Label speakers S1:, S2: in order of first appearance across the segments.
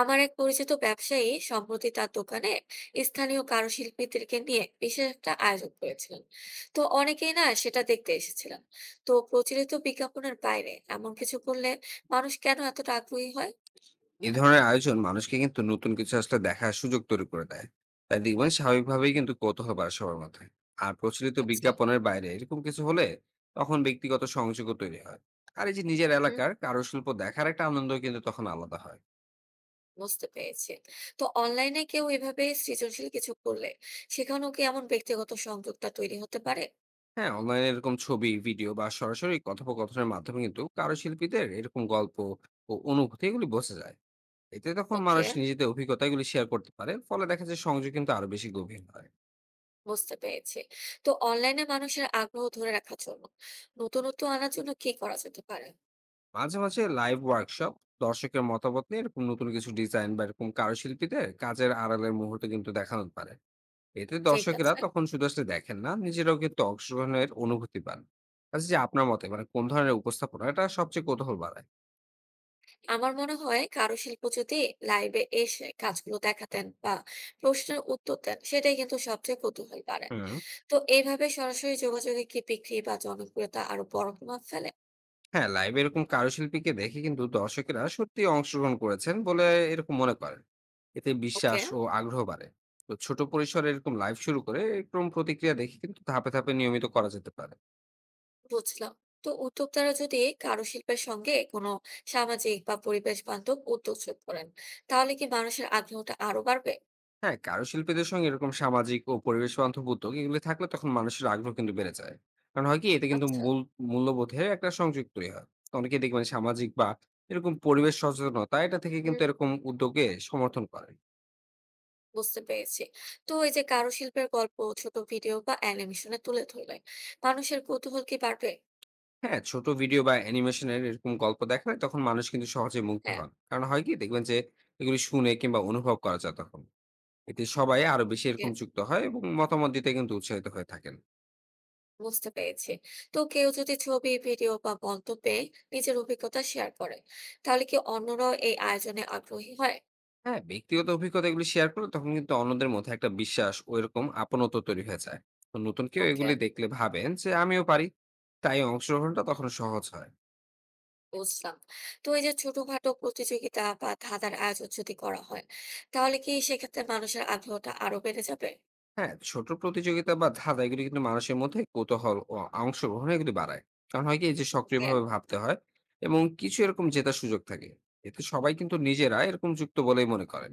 S1: আমার এক পরিচিত ব্যবসায়ী সম্প্রতি তার দোকানে স্থানীয় কারুশিল্পীদেরকে নিয়ে বিশেষ একটা আয়োজন করেছিলেন। তো অনেকেই সেটা দেখতে এসেছিলেন। তো প্রচলিত বিজ্ঞাপনের বাইরে এমন কিছু করলে মানুষ কেন এতটা আগ্রহী হয়?
S2: এই ধরনের আয়োজন মানুষকে কিন্তু নতুন কিছু আসলে দেখার সুযোগ তৈরি করে দেয়। তাই দেখবেন স্বাভাবিকভাবেই কিন্তু কৌতূহল বাড়ে সবার মধ্যে। আর প্রচলিত
S1: আচ্ছা।
S2: বিজ্ঞাপনের বাইরে এরকম কিছু হলে তখন ব্যক্তিগত সংযোগও তৈরি হয়। আর এই যে নিজের
S1: হুম।
S2: এলাকার কারুশিল্প দেখার একটা আনন্দ কিন্তু তখন আলাদা হয়।
S1: বুঝতে পেরেছি। তো অনলাইনে কেউ এভাবে সৃজনশীল কিছু করলে সেখানেও কি এমন ব্যক্তিগত সংযোগটা তৈরি হতে পারে?
S2: হ্যাঁ, অনলাইনে এরকম ছবি, ভিডিও বা সরাসরি কথোপকথনের মাধ্যমে কিন্তু কারুশিল্পীদের এরকম গল্প ও অনুভূতি এগুলি বোঝা যায়। এতে তখন
S1: ওকে,
S2: মানুষ নিজেদের অভিজ্ঞতাগুলি শেয়ার করতে পারে, ফলে দেখা যায় সংযোগ কিন্তু আরো বেশি গভীর হয়।
S1: বুঝতে পেরেছি। তো অনলাইনে মানুষের আগ্রহ ধরে রাখার জন্য, নতুনত্ব আনার জন্য কি করা যেতে পারে?
S2: মাঝে মাঝে লাইভ ওয়ার্কশপ, দর্শকের মতামত নিয়ে এরকম নতুন কিছু ডিজাইন বা এরকম কারুশিল্পীদের কাজের আড়ালের মুহূর্ত কিন্তু দেখানো পারে। এতে
S1: ঠিক
S2: দর্শকেরা
S1: আছে।
S2: তখন শুধু আসলে দেখেন না, নিজেরাও কিন্তু অংশগ্রহণের অনুভূতি পান। আচ্ছা, যে আপনার মতে মানে কোন ধরনের উপস্থাপনা এটা সবচেয়ে কৌতূহল বাড়ায়?
S1: আমার মনে হয় কারুশিল্প যদি লাইভে এসে কাজগুলো দেখাতেন বা প্রশ্নের উত্তর দেন, সেটাই কিন্তু সবচেয়ে কৌতূহল বাড়ে।
S2: হুম।
S1: তো এইভাবে সরাসরি যোগাযোগে কি বিক্রি বা জনপ্রিয়তা আরো বড় প্রভাব ফেলে?
S2: হ্যাঁ, লাইভে এরকম কারুশিল্পীকে দেখে কিন্তু দর্শকেরা সত্যি অংশগ্রহণ করেছেন বলে এরকম মনে করেন। এতে
S1: ওকে,
S2: বিশ্বাস ও আগ্রহ বাড়ে। তো ছোট পরিসরে এরকম লাইভ শুরু করে এরকম প্রতিক্রিয়া দেখে কিন্তু ধাপে ধাপে নিয়মিত করা যেতে পারে।
S1: বুঝলাম। তো উদ্যোক্তারা যদি কারুশিল্পের সঙ্গে কোনো সামাজিক বা পরিবেশ বান্ধব উদ্যোগ যোগ করেন, তাহলে কি মানুষের আগ্রহটা আরো বাড়বে?
S2: হ্যাঁ, কারুশিল্পীদের সঙ্গে এরকম সামাজিক ও পরিবেশ বান্ধব উদ্যোগ এগুলো থাকলে তখন মানুষের আগ্রহ কিন্তু বেড়ে যায়। কারণ হয় কি? এতে কিন্তু
S1: আচ্ছা।
S2: মূল্যবোধের একটা সংযোগ তৈরি হয়। অনেকে দেখবেন সামাজিক বা এরকম পরিবেশ সচেতনতা এটা থেকে কিন্তু
S1: হুম,
S2: এরকম উদ্যোগে সমর্থন করেন।
S1: বুঝতে পেরেছি। তো এই যে কারুশিল্পের গল্প ছোট ভিডিও বা অ্যানিমেশনে তুলে ধরলে মানুষের কৌতূহল কি বাড়বে?
S2: হ্যাঁ, ছোট ভিডিও বা অ্যানিমেশনের এরকম গল্প দেখালে তখন মানুষ কিন্তু সহজে মুগ্ধ
S1: হ্যাঁ।
S2: হন। কারণ হয় কি? দেখবেন যে এগুলি শুনে কিংবা অনুভব করা যায় তখন। এতে সবাই আরো বেশি
S1: ওকে,
S2: এরকম যুক্ত হয় এবং মতামত দিতে কিন্তু উৎসাহিত হয়ে থাকেন।
S1: বুঝতে পেরেছি। তো কেউ যদি ছবি ভিডিও বা মন্তব্যে নিজের অভিজ্ঞতা শেয়ার করে, তাহলে কি অন্যরাও এই আয়োজনে আগ্রহী হয়?
S2: হ্যাঁ, ব্যক্তিগত অভিজ্ঞতা এগুলি শেয়ার করলে তখন কিন্তু অন্যদের মধ্যে একটা বিশ্বাস ও এরকম আপনত্ব তৈরি হয়ে যায়। তো নতুন কেউ
S1: ওকে,
S2: এগুলি দেখলে ভাবেন যে আমিও পারি। তাই অংশগ্রহণটা তখন সহজ হয়।
S1: বুঝলাম। তো এই যে ছোটখাটো প্রতিযোগিতা বা ধাঁধার আয়োজন যদি করা হয়, তাহলে কি সেক্ষেত্রে মানুষের আগ্রহটা আরো বেড়ে যাবে?
S2: হ্যাঁ, ছোট প্রতিযোগিতা বা ধাঁধা এগুলি কিন্তু মানুষের মধ্যে কৌতূহল ও অংশগ্রহণ এগুলি বাড়ায়। কারণ হয় কি, এই যে
S1: ওকে,
S2: সক্রিয়ভাবে ভাবতে হয় এবং কিছু এরকম জেতার সুযোগ থাকে। এতে সবাই কিন্তু নিজেরা এরকম যুক্ত বলেই মনে করেন।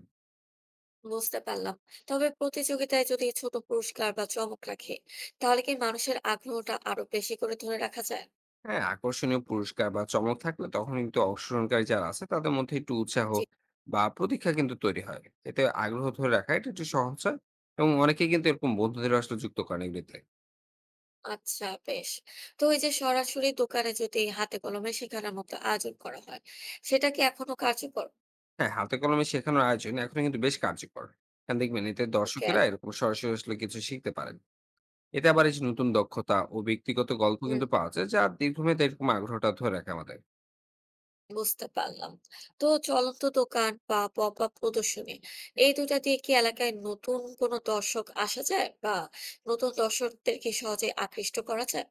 S1: বুঝতে পারলাম। তবে প্রতিযোগিতায় যদি ছোট পুরস্কার বা চমক রাখে, তাহলে কি মানুষের আগ্রহটা আরো বেশি করে ধরে রাখা যায়?
S2: হ্যাঁ, আকর্ষণীয় পুরস্কার বা চমক থাকলে তখন কিন্তু অংশগ্রহণকারী যারা আছে তাদের মধ্যে একটু উৎসাহ
S1: জি।
S2: বা প্রতীক্ষা কিন্তু তৈরি হয়। এতে আগ্রহ ধরে রাখা এটা একটু সহজ হয়। এবং অনেকে কিন্তু এরকম বন্ধুদের আসলে যুক্ত করেন এগুলিতে।
S1: আচ্ছা, বেশ। তো এই যে সরাসরি দোকানে যদি হাতে কলমে শেখানোর মতো আয়োজন করা হয়, সেটা কি এখনো কার্যকর?
S2: হ্যাঁ, হাতে কলমে শেখানোর আয়োজন এখন কিন্তু বেশ কার্যকর। কারণ দেখবেন এতে
S1: ওকে।
S2: দর্শকেরা এরকম সরাসরি আসলে কিছু শিখতে পারেন। এতে আবার এই যে নতুন দক্ষতা ও ব্যক্তিগত গল্প
S1: হুম,
S2: কিন্তু পাওয়া যায়, যা দীর্ঘমেয়াদে এরকম আগ্রহটা ধরে রাখে আমাদের।
S1: বুঝতে পারলাম। তো চলন্ত দোকান বা পপ-আপ প্রদর্শনী, এই দুইটা দিয়ে কি এলাকায় নতুন কোনো দর্শক আসা যায়? বা নতুন দর্শকদের কি সহজে আকৃষ্ট করা যায়?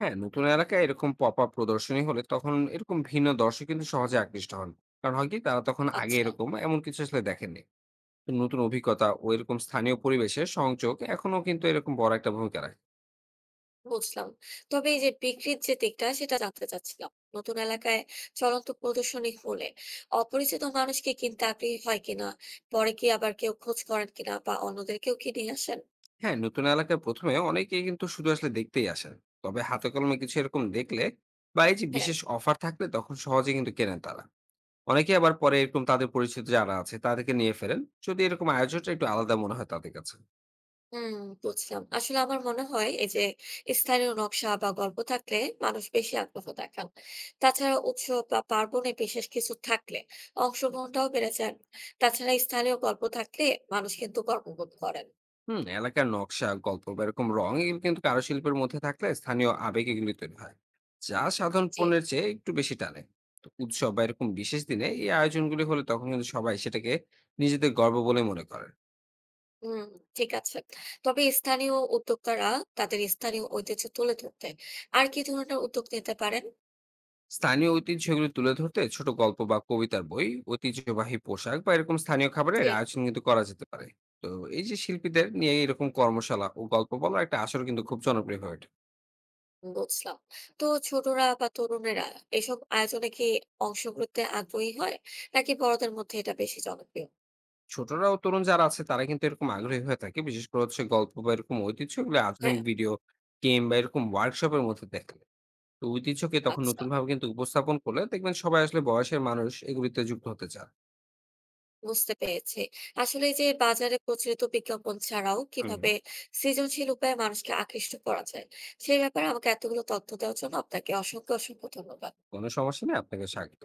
S2: হ্যাঁ, নতুন এলাকায় এরকম পপ আপ প্রদর্শনী হলে তখন এরকম ভিন্ন দর্শক কিন্তু সহজে আকৃষ্ট হন। কারণ হয় কি, তারা তখন আগে
S1: আচ্ছা।
S2: এরকম এমন কিছু আসলে দেখেননি। তো নতুন অভিজ্ঞতা ও এরকম স্থানীয় পরিবেশের সংযোগ এখনো কিন্তু এরকম বড় একটা ভূমিকা রাখে।
S1: বুঝলাম। তবে এই যে বিক্রির যে দিকটা সেটা জানতে চাচ্ছিলাম। নতুন এলাকায় চলন্ত প্রদর্শনী হলে অপরিচিত মানুষকে কিনতে আগ্রহী হয় কিনা? পরে কি আবার কেউ খোঁজ করেন কিনা বা অন্যদেরকেও কি নিয়ে আসেন?
S2: হ্যাঁ, নতুন এলাকায় প্রথমে অনেকেই কিন্তু শুধু আসলে দেখতেই আসেন। তবে হাতে কলমে কিছু এরকম দেখলে বা এই যে
S1: হ্যাঁ।
S2: বিশেষ অফার থাকলে তখন সহজে কিন্তু কেনেন তারা। অনেকে আবার পরে এরকম তাদের পরিচিত যারা আছে তাদেরকে নিয়ে ফেরেন, যদি এরকম আয়োজনটা একটু আলাদা মনে হয় তাদের কাছে।
S1: হুম, বুঝলাম। আসলে আমার মনে হয় এই যে স্থানীয় নকশা বা গল্প থাকলে মানুষ বেশি আগ্রহ দেখান। তাছাড়া উৎসব বা পার্বণে বিশেষ কিছু থাকলে অংশগ্রহণটাও বেড়ে যায়। তাছাড়া স্থানীয় গল্প থাকলে মানুষ কিন্তু গর্ববোধ করেন।
S2: হুম, এলাকার নকশা, গল্প বা এরকম রং এগুলো কিন্তু কারুশিল্পের মধ্যে থাকলে স্থানীয় আবেগ এগুলি তৈরি হয়, যা সাধারণ
S1: জি।
S2: পণ্যের চেয়ে একটু বেশি টানে। তো উৎসব বা এরকম বিশেষ দিনে এই আয়োজনগুলি হলে তখন কিন্তু সবাই সেটাকে নিজেদের গর্ব বলে মনে করেন।
S1: হুম, ঠিক আছে। তবে স্থানীয় উদ্যোক্তারা তাদের স্থানীয় ঐতিহ্য তুলে ধরতে আর কি ধরনের উদ্যোগ নিতে পারেন?
S2: স্থানীয় ঐতিহ্যগুলি তুলে ধরতে ছোট গল্প বা কবিতার বই, ঐতিহ্যবাহী পোশাক বা এরকম স্থানীয় খাবারের
S1: জি,
S2: আয়োজন কিন্তু করা যেতে পারে। তো এই যে শিল্পীদের নিয়ে এরকম কর্মশালা ও গল্প বলার একটা আসর কিন্তু খুব জনপ্রিয় হয়ে ওঠে।
S1: বুঝলাম। তো ছোটরা বা তরুণেরা এসব আয়োজনে কি অংশগ্রহণে আগ্রহী হয়, নাকি বড়দের মধ্যে এটা বেশি জনপ্রিয়?
S2: ছোটরা ও তরুণ যারা আছে তারা কিন্তু এরকম আগ্রহী হয়ে থাকে, বিশেষ করে হচ্ছে গল্প বা এরকম ঐতিহ্য এগুলো
S1: হ্যাঁ,
S2: আধুনিক ভিডিও গেম বা এরকম ওয়ার্কশপের মধ্যে দেখলে। তো ঐতিহ্যকে তখন
S1: আচ্ছা,
S2: নতুন ভাবে কিন্তু উপস্থাপন করলে দেখবেন সবাই আসলে বয়সের মানুষ এগুলিতে যুক্ত হতে চান।
S1: বুঝতে পেরেছি। আসলে এই যে বাজারে প্রচলিত বিজ্ঞাপন ছাড়াও
S2: হুম।
S1: কিভাবে সৃজনশীল উপায়ে মানুষকে আকৃষ্ট করা যায়, সেই ব্যাপারে আমাকে এতগুলো তথ্য দেওয়ার জন্য আপনাকে অসংখ্য অসংখ্য ধন্যবাদ।
S2: কোনো সমস্যা নেই, আপনাকে স্বাগত।